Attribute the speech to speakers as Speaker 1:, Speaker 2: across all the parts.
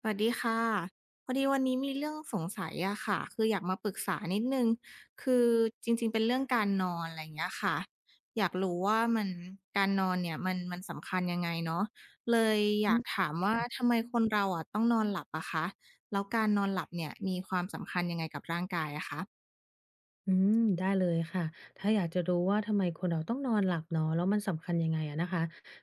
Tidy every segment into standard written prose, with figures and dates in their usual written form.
Speaker 1: สวัสดีค่ะพอดีวันนี้มีเรื่องสงสัยอะค่ะคืออยากมาปรึกษานิดนึงคือจริงๆเป็นเรื่องการนอนอะไรอย่างเงี้ยค่ะอยากรู้ว่ามันการนอนเนี่ยมันสำคัญยังไงเนาะเลยอ
Speaker 2: อื
Speaker 1: ยาก
Speaker 2: ม
Speaker 1: ถามว่าทำไมคนเราอะต้องนอนหลับอะคะแล้วการนอนหลับเนี่ยมีความสำคัญยังไงกับร่างกายอะคะ
Speaker 2: อืมได้เลยค่ะ ถ้าอยากจะรู้ว่าทำไมคนเราต้องนอนหลับเนาะแล้วมันสำคัญยังไงอะนะคะ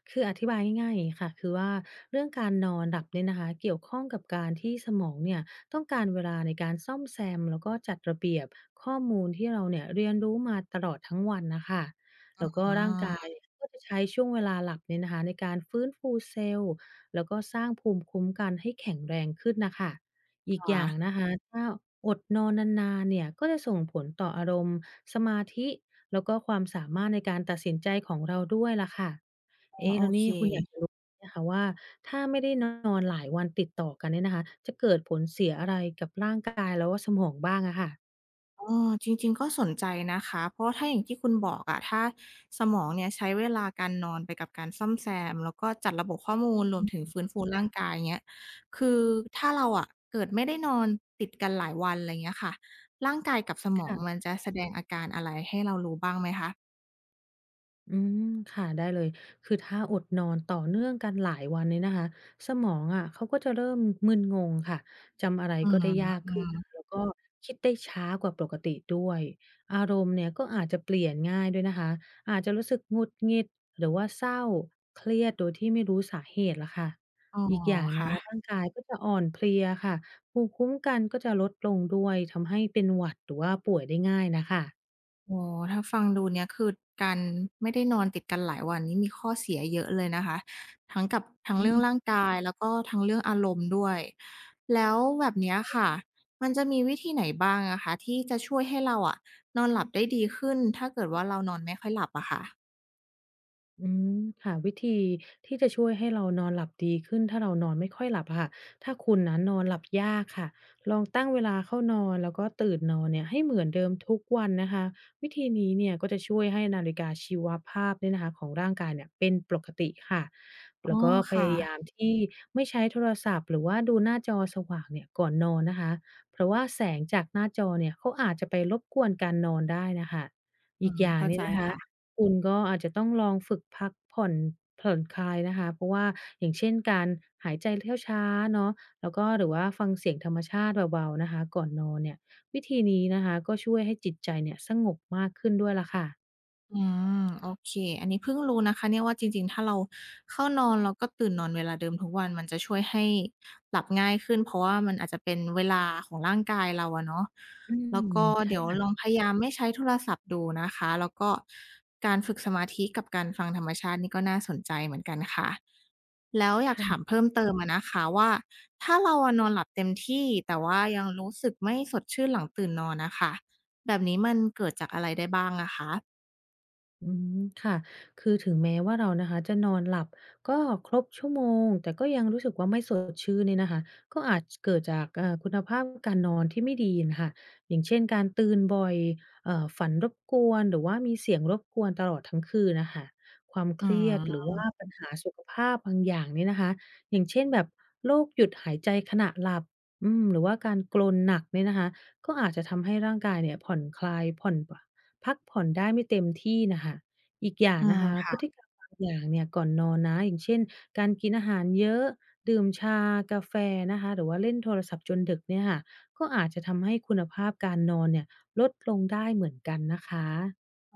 Speaker 2: คืออธิบายง่ายๆอย่างนี้ค่ะคือว่าเรื่องการนอนหลับเนี่ยนะคะเกี่ยวข้องกับการที่สมองเนี่ยต้องการเวลาในการซ่อมแซมแล้วก็จัดระเบียบข้อมูลที่เราเนี่ยเรียนรู้มาตลอดทั้งวันนะคะ
Speaker 1: อ๋
Speaker 2: แล้วก็
Speaker 1: อ
Speaker 2: ร่างกายก็จะใช้ช่วงเวลาหลับเนี่ยนะคะในการฟื้นฟูเซลล์แล้วก็สร้างภูมิคุ้มกันให้แข็งแรงขึ้นนะคะ อีกอ
Speaker 1: ค่ะ
Speaker 2: ย่างนะคะถ้าอดนอนนานๆเนี่ยก็จะส่งผลต่ออารมณ์สมาธิแล้วก็ความสามารถในการตัดสินใจของเราด้วยล่ะค่ะ
Speaker 1: อ๋อ
Speaker 2: เอ๊ะ
Speaker 1: โอ
Speaker 2: แล้ว
Speaker 1: เค
Speaker 2: นี่คุณอยากจะรู้ไหมคะว่าถ้าไม่ได้นอนหลายวันติดต่อกันเนี่ยนะคะจะเกิดผลเสียอะไรกับร่างกายแล้วก็สมองบ้างอะค่ะ
Speaker 1: ออจริงๆก็สนใจนะคะเพราะว่าถ้าอย่างที่คุณบอกอะถ้าสมองเนี่ยใช้เวลาการนอนไปกับการซ่อมแซมแล้วก็จัดระบบข้อมูลรวมถึงฟื้นฟูร่างกายเงี้ยคือถ้าเราอะเกิดไม่ได้นอนติดกันหลายวันไรเงี้ยค่ะร่างกายกับสมองมั
Speaker 2: ค่ะ
Speaker 1: นจะแสดงอาการอะไรให้เรารู้บ้างไหมคะ
Speaker 2: อืมค่ะได้เลยคือถ้าอดนอนต่อเนื่องกันหลายวันเนี่ยนะคะสมองอะเขาก็จะเริ่มมึนงงค่ะจำอะไร
Speaker 1: อื
Speaker 2: ก็ได้ยากขึ้นนะ
Speaker 1: ม
Speaker 2: แล้วก็คิดได้ช้ากว่าปกติด้วยอารมณ์เนี่ยก็อาจจะเปลี่ยนง่ายด้วยนะคะอาจจะรู้สึกหงุดหงิดหรือว่าเศร้าเครียดโดยที่ไม่รู้สาเหตุล่ะค่ะ
Speaker 1: อ๋อ
Speaker 2: อีกอย่างนะร่าง
Speaker 1: ค่ะ
Speaker 2: กายก็จะอ่อนเพลียค่ะภูมิคุ้มกันก็จะลดลงด้วยทำให้เป็นหวัดหรือว่าป่วยได้ง่ายน่ะค่ะ
Speaker 1: โอ๋อถ้าฟังดูเนี่ยคือการไม่ได้นอนติดกันหลายวันนี้มีข้อเสียเยอะเลยนะคะทั้งกับทั้ง
Speaker 2: อื
Speaker 1: เรื่องร่าง
Speaker 2: ม
Speaker 1: กายแล้วก็ทั้งเรื่องอารมณ์ด้วยแล้วแบบเนี้ยค่ะมันจะมีวิธีไหนบ้างอะคะที่จะช่วยให้เราอะนอนหลับได้ดีขึ้นถ้าเกิดว่าเรานอนไม่ค่อยหลับอะค่ะ
Speaker 2: อืมค่ะวิธีที่จะช่วยให้เรานอนหลับดีขึ้นถ้าเรานอนไม่ค่อยหลับอะค่ะถ้าคุณนะนอนหลับยากค่ะลองตั้งเวลาเข้านอนแล้วก็ตื่นนอนเนี่ยให้เหมือนเดิมทุกวันนะคะวิธีนี้เนี่ยก็จะช่วยให้นาฬิกาชีวภาพเนี่ยนะคะของร่างกายเนี่ยเป็นปกติค่ะ
Speaker 1: อ๋
Speaker 2: แล้
Speaker 1: อ
Speaker 2: วก็พ
Speaker 1: ค่ะ
Speaker 2: ยายามที่ไม่ใช้โทรศัพท์หรือว่าดูหน้าจอสว่างเนี่ยก่อนนอนนะคะเพราะว่าแสงจากหน้าจอเนี่ยเขาอาจจะไปรบกวนการนอนได้นะคะ
Speaker 1: อื
Speaker 2: อีก
Speaker 1: ม
Speaker 2: อย่าง
Speaker 1: เข้า
Speaker 2: เนี่
Speaker 1: ใจ
Speaker 2: ยนะคะ
Speaker 1: ค่ะ
Speaker 2: คุณก็อาจจะต้องลองฝึกพักผ่อนผ่อนคลายนะคะเพราะว่าอย่างเช่นการหายใจเข้าช้าเนาะแล้วก็หรือว่าฟังเสียงธรรมชาติเบาๆนะคะก่อนนอนเนี่ยวิธีนี้นะคะก็ช่วยให้จิตใจเนี่ยสงบมากขึ้นด้วยล่ะค่ะ
Speaker 1: อืมโอเคอันนี้เพิ่งรู้นะคะเนี่ยว่าจริงๆถ้าเราเข้านอนแล้วก็ตื่นนอนเวลาเดิมทุกวันมันจะช่วยให้หลับง่ายขึ้นเพราะว่ามันอาจจะเป็นเวลาของร่างกายเราอะเนาะ
Speaker 2: อื
Speaker 1: แล้ว
Speaker 2: ม
Speaker 1: ก็อเดี๋ยว
Speaker 2: ใช่
Speaker 1: ลองพยายามไม่ใช้โทรศัพท์ดูนะคะแล้วก็การฝึกสมาธิกับการฟังธรรมชาตินี่ก็น่าสนใจเหมือนกันค่ะแล้วอยากถาม
Speaker 2: ค่ะ
Speaker 1: เพิ่มเติมอะนะคะว่าถ้าเราอะนอนหลับเต็มที่แต่ว่ายังรู้สึกไม่สดชื่นหลังตื่นนอนน่ะค่ะแบบนี้มันเกิดจากอะไรได้บ้างอะคะ
Speaker 2: อืมค่ะคือถึงแม้ว่าเรานะคะจะนอนหลับก็ครบชั่วโมงแต่ก็ยังรู้สึกว่าไม่สดชื่นเนี่ยนะคะก็อาจเกิดจากคุณภาพการนอนที่ไม่ดีนะคะอย่างเช่นการตื่นบ่อยฝันรบกวนหรือว่ามีเสียงรบกวนตลอดทั้งคืนน่ะคะความ
Speaker 1: อื
Speaker 2: เครียดหรือ
Speaker 1: ม
Speaker 2: ว่าปัญหาสุขภาพบางอย่างเนี่ยนะคะอย่างเช่นแบบโรคหยุดหายใจขณะหลับอืมหรือว่าการกรนหนักเนี่ยนะคะก็อาจจะทำให้ร่างกายเนี่ยผ่อนคลายผ่อน พักผ่อนได้ไม่เต็มที่น่ะค่ะอีกอย่าง
Speaker 1: อื
Speaker 2: นะ
Speaker 1: ม
Speaker 2: คะพฤติ
Speaker 1: ค่ะ
Speaker 2: กรรมบางอย่างเนี่ยก่อนนอนนะอย่างเช่นการกินอาหารเยอะดื่มชากาแฟนะคะหรือว่าเล่นโทรศัพท์จนดึกเนี่ยค่ะก็อาจจะทำให้คุณภาพการนอนเนี่ยลดลงได้เหมือนกันนะคะ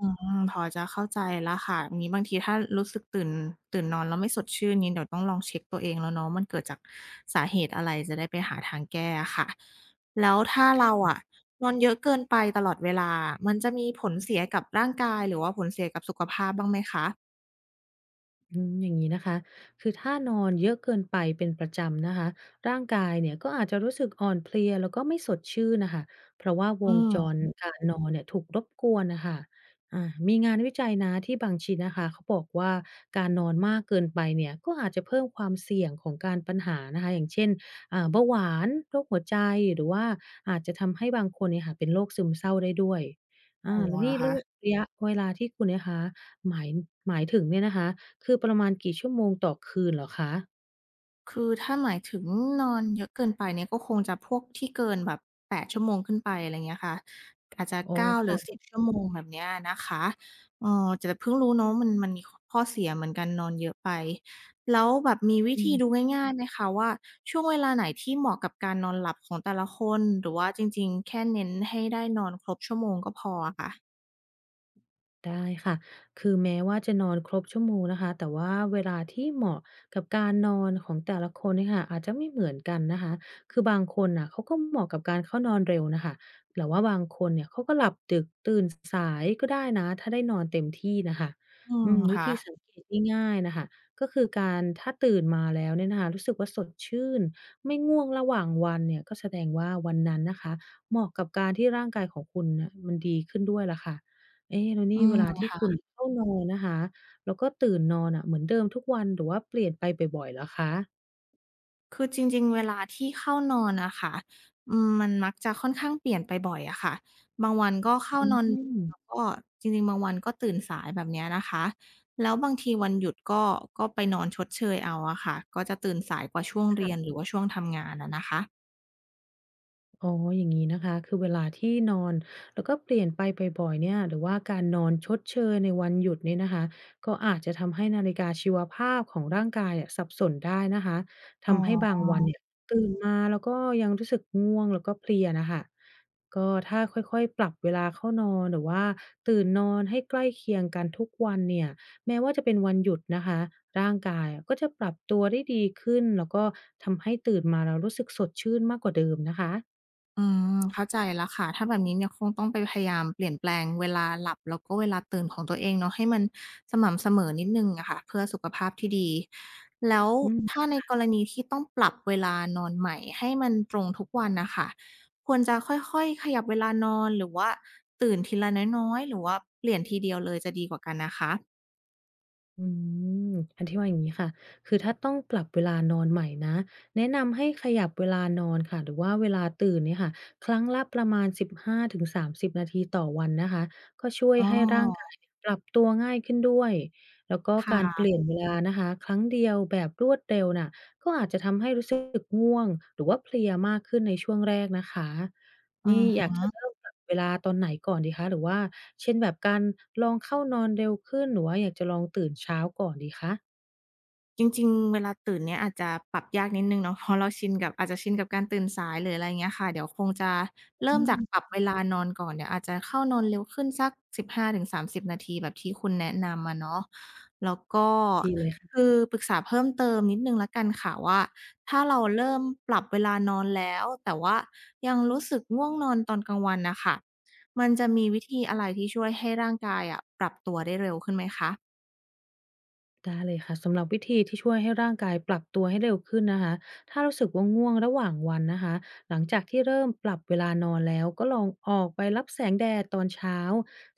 Speaker 1: อืมพอจะเข้าใจแล้วค่ะงี้บางทีถ้ารู้สึกตื่นนอนแล้วไม่สดชื่นนี้เดี๋ยวต้องลองเช็กตัวเองแล้วเนาะมันเกิดจากสาเหตุอะไรจะได้ไปหาทางแก้อะค่ะ แล้วถ้าเราอะนอนเยอะเกินไปตลอดเวลา มันจะมีผลเสียกับร่างกายหรือว่าผลเสียกับสุขภาพบ้างไหมคะ
Speaker 2: อืมอย่างนี้นะคะคือถ้านอนเยอะเกินไปเป็นประจำนะคะร่างกายเนี่ยก็อาจจะรู้สึกอ่อนเพลียแล้วก็ไม่สดชื่นนะคะเพราะว่าว
Speaker 1: อื
Speaker 2: งจร
Speaker 1: ม
Speaker 2: การนอนเนี่ยถูกรบกวนนะคะอามีงานวิจัยนะที่บางชิ้นนะคะเขาบอกว่าการนอนมากเกินไปเนี่ยก็อาจจะเพิ่มความเสี่ยงของการปัญหานะคะอย่างเช่นเบาหวานโรคหัวใจหรือว่าอาจจะทำให้บางคนเนี่ยค่ะเป็นโรคซึมเศร้าได้ด้วย
Speaker 1: โอโอ
Speaker 2: แล้ว
Speaker 1: เหร
Speaker 2: นี่
Speaker 1: อ
Speaker 2: ร
Speaker 1: คะ
Speaker 2: ะยะเวลาที่คุณนะคะหมายหมายถึงเนี่ยนะคะ คือประมาณกี่ชั่วโมงต่อคืนเหรอคะ
Speaker 1: คือถ้าหมายถึงนอนเยอะเกินไปเนี่ยก็คงจะพวกที่เกินแบบ8ชั่วโมงขึ้นไปอะไรเงี้ยค่ะอาจจะ
Speaker 2: อ๋อ
Speaker 1: 9หรือ
Speaker 2: ค่ะ
Speaker 1: 10ชั่วโมงแบบเนี้ยนะคะเออแต่เพิ่งรู้เนาะมันมีขข้อเสียเหมือนกันนอนเยอะไปแล้วแบบมีวิ
Speaker 2: อื
Speaker 1: ธีดู
Speaker 2: ม
Speaker 1: ง่ายๆไหมคะว่าช่วงเวลาไหนที่เหมาะกับการนอนหลับของแต่ละคนหรือว่าจริงๆแค่เน้นให้ได้นอนครบชั่วโมงก็พออะค่ะ
Speaker 2: ได้ค่ะ คือแม้ว่าจะนอนครบชั่วโมงนะคะ แต่ว่าเวลาที่เหมาะกับการนอนของแต่ละคนเนี่ยค่ะอาจจะไม่เหมือนกันนะคะ คือบางคนน่ะเขาก็เหมาะกับการเข้านอนเร็วน่ะค่ะแต่ว่าบางคนเนี่ยเขาก็หลับดึกตื่นสายก็ได้นะ ถ้าได้นอนเต็มที่น่ะค่ะ
Speaker 1: อื
Speaker 2: อื
Speaker 1: ม
Speaker 2: มวิ
Speaker 1: ค่ะ
Speaker 2: ธีสังเกตง่ายๆน่ะค่ะก็คือการถ้าตื่นมาแล้วเนี่ยนะคะรู้สึกว่าสดชื่น ไม่ง่วงระหว่างวันเนี่ยก็แสดงว่าวันนั้นนะคะเหมาะกับการที่ร่างกายของคุณน่ะมันดีขึ้นด้วยล่ะค่ะ เอ๊ะแล้ว
Speaker 1: อื
Speaker 2: นี่เวลา
Speaker 1: ม
Speaker 2: ที่คุณเข้านอนนะคะแล้วก็ตื่นนอนอะเหมือนเดิมทุกวันหรือว่าเปลี่ยนไปบ่อยๆเหรอคะ
Speaker 1: คือจริงๆเวลาที่เข้านอนอะค่ะอืมมันมักจะค่อนข้างเปลี่ยนไปบ่อยอะค่ะบางวันก็เข้า
Speaker 2: อื
Speaker 1: นอนแล้ว
Speaker 2: ม
Speaker 1: ก็จริงๆบางวันก็ตื่นสายแบบเนี้ยนะคะแล้วบางทีวันหยุดก็ไปนอนชดเชยเอาอะค่ะก็จะตื่นสายกว่าช่วงเรียนห
Speaker 2: ค่ะ
Speaker 1: รือว่าช่วงทำงานอะนะคะ
Speaker 2: อ๋ออย่างนี้นะคะ คือเวลาที่นอน แล้วก็เปลี่ยนไปบ่อยๆเนี่ยหรือว่าการนอนชดเชยในวันหยุดเนี่ยนะคะ ก็อาจจะทำให้นาฬิกาชีวภาพของร่างกายอะสับสนได้นะคะ
Speaker 1: อ๋อ
Speaker 2: ทำให้บางวันเนี่ยตื่นมาแล้วก็ยังรู้สึกง่วงแล้วก็เพลียนะคะก็ถ้าค่อยๆปรับเวลาเข้านอนหรือว่าตื่นนอนให้ใกล้เคียงกันทุกวันเนี่ยแม้ว่าจะเป็นวันหยุดนะคะร่างกายอะก็จะปรับตัวได้ดีขึ้นแล้วก็ทำให้ตื่นมาเรารู้สึกสดชื่นมากกว่าเดิมนะคะ
Speaker 1: อืมเข้าใจแล้วค่ะถ้าแบบนี้เนี่ยคงต้องไปพยายามเปลี่ยนแปลงเวลาหลับแล้วก็เวลาตื่นของตัวเองเนาะให้มันสม่ำเสมอนิดหนึ่งอะค่ะเพื่อสุขภาพที่ดีแล้ว
Speaker 2: อื
Speaker 1: ถ้า
Speaker 2: ม
Speaker 1: ในกรณีที่ต้องปรับเวลานอนใหม่ให้มันตรงทุกวันน่ะค่ะควรจะค่อยๆขยับเวลานอนหรือว่าตื่นทีละน้อยๆหรือว่าเปลี่ยนทีเดียวเลยจะดีกว่ากันนะคะ
Speaker 2: อืมอันที่ว่าอย่างงี้ค่ะ คือถ้าต้องปรับเวลานอนใหม่นะแนะนำให้ขยับเวลานอนค่ะหรือว่าเวลาตื่นเนี่ยค่ะครั้งละประมาณ 15-30 นาทีต่อวันนะคะก็ช่วย
Speaker 1: อ๋
Speaker 2: ให้ร่างกา
Speaker 1: อ
Speaker 2: ยปรับตัวง่ายขึ้นด้วยแล้วก็การเป
Speaker 1: ค่ะ
Speaker 2: ลี่ยนเวลานะคะครั้งเดียวแบบรวดเร็วน่ะก็อาจจะทำให้รู้สึกง่วงหรือว่าเพลียมากขึ้นในช่วงแรกนะคะ
Speaker 1: อื
Speaker 2: นี่
Speaker 1: อ
Speaker 2: อยากจะ
Speaker 1: ฮึ
Speaker 2: เริ่มปรับเวลาตอนไหนก่อนดีคะหรือว่าเช่นแบบการลองเข้านอนเร็วขึ้นหรือว่าอยากจะลองตื่นเช้าก่อนดีคะ
Speaker 1: จริงๆ เวลาตื่นเนี่ยอาจจะปรับยากนิดหนึ่งเนาะเพราะเราชินกับอาจจะชินกับการตื่นสายหรืออะไรอย่างเงี้ยค่ะเดี๋ยวคงจะเริ่ม
Speaker 2: อื
Speaker 1: จากปรับ
Speaker 2: ม
Speaker 1: เวลานอนก่อนเดี๋ยวอาจจะเข้านอนเร็วขึ้นสัก15-30 นาทีแบบที่คุณแนะนำอะเนาะแล้วก็
Speaker 2: ดีเลย
Speaker 1: คือปรึกษาเพิ่มเติมนิดหนึ่งแล้วกันค่ะว่าถ้าเราเริ่มปรับเวลานอนแล้วแต่ว่ายังรู้สึกง่วงนอนตอนกลางวันน่ะค่ะมันจะมีวิธีอะไรที่ช่วยให้ร่างกายอะปรับตัวได้เร็วขึ้นไหมคะ
Speaker 2: ได้เลยค่ะสำหรับวิธีที่ช่วยให้ร่างกายปรับตัวให้เร็วขึ้นนะคะถ้ารู้สึกว่าง่วงระหว่างวันนะคะหลังจากที่เริ่มปรับเวลานอนแล้วก็ลองออกไปรับแสงแดดตอนเช้า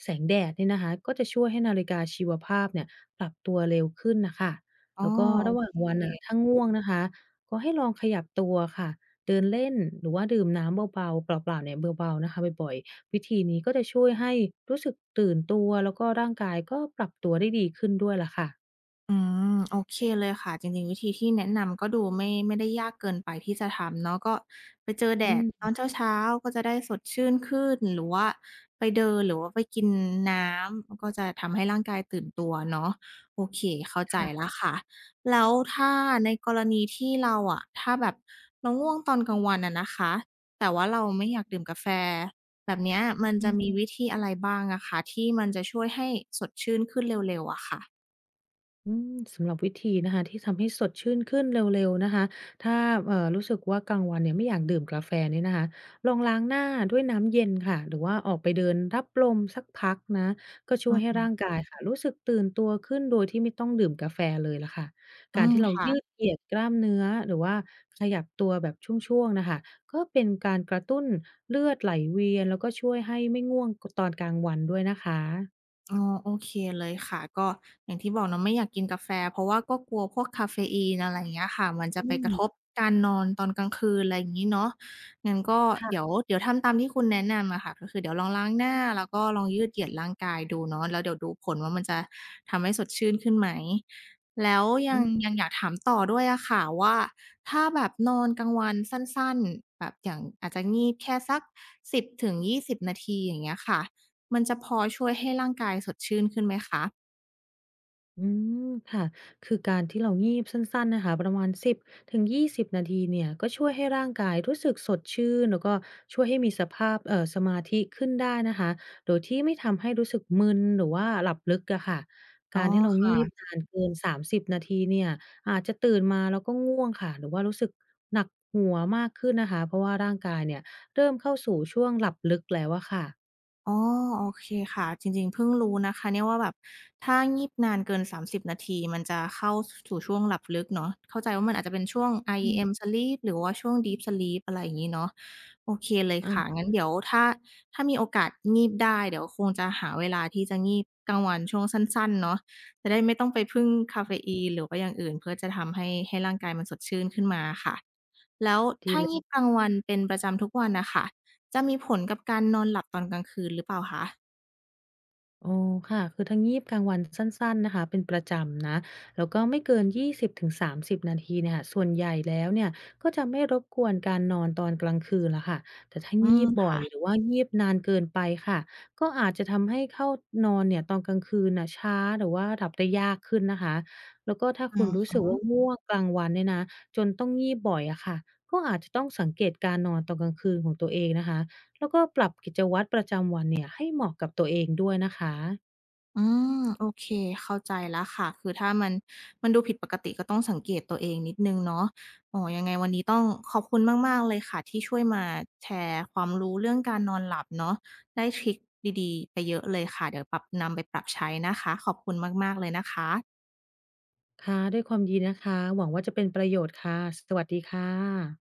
Speaker 2: แสงแดดเนี่ยนะคะก็จะช่วยให้นาฬิกาชีวภาพเนี่ยปรับตัวเร็วขึ้นนะคะ
Speaker 1: อ๋อ
Speaker 2: แล้วก็
Speaker 1: โอ
Speaker 2: ระหว่าง
Speaker 1: เ
Speaker 2: อวันอ่ะ
Speaker 1: ค
Speaker 2: ถ้าง่วงนะคะก็ให้ลองขยับตัวค่ะเดินเล่นหรือว่าดื่มน้ำเบาๆเปล่าๆเนี่ยเบาๆนะคะบ่อยๆวิธีนี้ก็จะช่วยให้รู้สึกตื่นตัวแล้วก็ร่างกายก็ปรับตัวได้ดีขึ้นด้วยล่ะค่ะ
Speaker 1: อืมโอเคเลยค่ะจริงๆวิธีที่แนะนำก็ดูไม่ได้ยากเกินไปที่จะทำเนาะก็ไปเจอแด
Speaker 2: อื
Speaker 1: ดตอ
Speaker 2: ม
Speaker 1: นเช้าๆก็จะได้สดชื่นขึ้นหรือว่าไปเดินหรือว่าไปกินน้ำมันก็จะทำให้ร่างกายตื่นตัวเนาะโอเคเข้าใจแล้ว
Speaker 2: ค่ะ
Speaker 1: ค่ะแล้วถ้าในกรณีที่เราอะถ้าแบบเราง่วงตอนกลางวันอะนะคะแต่ว่าเราไม่อยากดื่มกาแฟแบบเนี้ยมัน
Speaker 2: อื
Speaker 1: จะมี
Speaker 2: ม
Speaker 1: วิธีอะไรบ้างอะคะที่มันจะช่วยให้สดชื่นขึ้นเร็วๆอะค่ะ
Speaker 2: อืมสำหรับวิธีนะคะที่ทำให้สดชื่นขึ้นเร็วๆนะคะถ้ารู้สึกว่ากลางวันเนี่ยไม่อยากดื่มกาแฟเนี่ยนะคะลองล้างหน้าด้วยน้ำเย็นค่ะหรือว่าออกไปเดินรับลมสักพักนะก็ช่วยให้ร่างกายค่ะรู้สึกตื่นตัวขึ้นโดยที่ไม่ต้องดื่มกาแฟเลยล่ะค่ะ
Speaker 1: อื
Speaker 2: การ
Speaker 1: ม
Speaker 2: ที่เรา
Speaker 1: ค่ะ
Speaker 2: ยืดเหยียดกล้ามเนื้อหรือว่าขยับตัวแบบช่วงๆน่ะค่ะก็เป็นการกระตุ้นเลือดไหลเวียนแล้วก็ช่วยให้ไม่ง่วงกตอนกลางวันด้วยนะคะ
Speaker 1: อ๋อโอเคเลยค่ะก็อย่างที่บอกเนาะไม่อยากกินกาแฟเพราะว่าก็กลัวพวกกาเฟอีนอะไรอย่างเงี้ยค่ะมันจะ
Speaker 2: อื
Speaker 1: ไปก
Speaker 2: ม
Speaker 1: ระทบการนอนตอนกลางคืนอะไรอย่างงี้เนาะงั้นก็เดี๋ยว
Speaker 2: ค่ะ
Speaker 1: เดี๋ยวทำตามที่คุณแนะนำอะค่ะก็คือเดี๋ยวลองล้างหน้าแล้วก็ลองยืดเหยียดร่างกายดูเนาะแล้วเดี๋ยวดูผลว่ามันจะทำให้สดชื่นขึ้นไหมแล้วยั
Speaker 2: อื
Speaker 1: งยั
Speaker 2: ม
Speaker 1: งอยากถามต่อด้วยอะค่ะว่าถ้าแบบนอนกลางวันสั้นๆแบบอย่างอาจจะงีบแค่สัก10-20 นาทีอย่างเงี้ยค่ะ มันจะพอช่วยให้ร่างกายสดชื่นขึ้นไหมคะ
Speaker 2: อืมค่ะคือการที่เรางีบสั้นๆนะคะประมาณสิบถึงยี่ส2 0นาทีเนี่ยก็ช่วยให้ร่างกายรู้สึกสดชื่นแล้วก็ช่วยให้มีสภาพสมาธิขึ้นได้นะคะโดยที่ไม่ทำให้รู้สึกมึนหรือว่าหลับลึกอะค่ะ
Speaker 1: อ๋อ
Speaker 2: การที่เรางีบ
Speaker 1: ค่ะ
Speaker 2: นานเกิน30 นาทีเนี่ยอาจจะตื่นมาแล้วก็ง่วงค่ะหรือว่ารู้สึกหนักหัวมากขึ้นนะคะเพราะว่าร่างกายเนี่ยเริ่มเข้าสู่ช่วงหลับลึกแล้วอะค่ะ
Speaker 1: อ๋อโอเคค่ะจริงๆเพิ่งรู้นะคะเนี่ยว่าแบบถ้างีบนานเกิน30นาทีมันจะเข้าสู่ช่วงหลับลึกเนาะเข้าใจว่ามันอาจจะเป็นช่วง i
Speaker 2: อื
Speaker 1: e m
Speaker 2: ม
Speaker 1: sleep หรือว่าช่วง Deep sleep อะไรอย่างงี้เนาะโอเคเลยค่ะ
Speaker 2: อา
Speaker 1: งั้นเดี๋ยวถ้ามีโอกาสงีบได้เดี๋ยวคงจะหาเวลาที่จะงีบกลางวันช่วงสั้นๆเนาะจะได้ไม่ต้องไปพึ่งกาเฟอีนหรือว่าอย่างอื่นเพื่อจะทำให้ร่างกายมันสดชื่นขึ้นมาค่ะแล้ว
Speaker 2: ดี
Speaker 1: ถ้างีบกลางวันเป็นประจำทุกวันน่ะค่ะ จะมีผลกับการนอนหลับตอนกลางคืนหรือเปล่าคะ
Speaker 2: อ๋อค่ะคือทั้งงีบกลางวันสั้นๆนะคะเป็นประจำนะแล้วก็ไม่เกิน20-30นาทีเนี่ยค่ะส่วนใหญ่แล้วเนี่ยก็จะไม่รบกวนการนอนตอนกลางคืนละค่ะแต่ถ้า
Speaker 1: อื
Speaker 2: งี
Speaker 1: ม
Speaker 2: บบ่อยหรื
Speaker 1: ค่ะ
Speaker 2: อว่างีบนานเกินไปค่ะก็อาจจะทำให้เข้านอนเนี่ยตอนกลางคืนน่ะช้าหรือว่าหลับได้ยากขึ้นนะคะแล้วก็ถ้า
Speaker 1: อื
Speaker 2: คุณรู้
Speaker 1: ม
Speaker 2: สึกว่าง่วงกลางวันเนี่ยนะจนต้องงีบบ่อยอะค่ะก็อาจจะต้องสังเกตการนอนตอนกลางคืนของตัวเองนะคะ แล้วก็ปรับกิจวัตรประจำวันเนี่ยให้เหมาะกับตัวเองด้วยนะคะ
Speaker 1: อืมโอเคเข้าใจแล้วค่ะคือถ้ามันดูผิดปกติก็ต้องสังเกตตัวเองนิดหนึ่งเนาะโอ๋อยังไงวันนี้ต้องขอบคุณมากๆเลยค่ะที่ช่วยมาแชร์ความรู้เรื่องการนอนหลับเนาะได้ทริกดีๆไปเยอะเลยค่ะเดี๋ยวปรับนำไปปรับใช้นะคะขอบคุณมากๆเลยนะคะ
Speaker 2: ค่ะด้วยความยินดีนะคะหวังว่าจะเป็นประโยชน์ค่ะสวัสดีค่ะ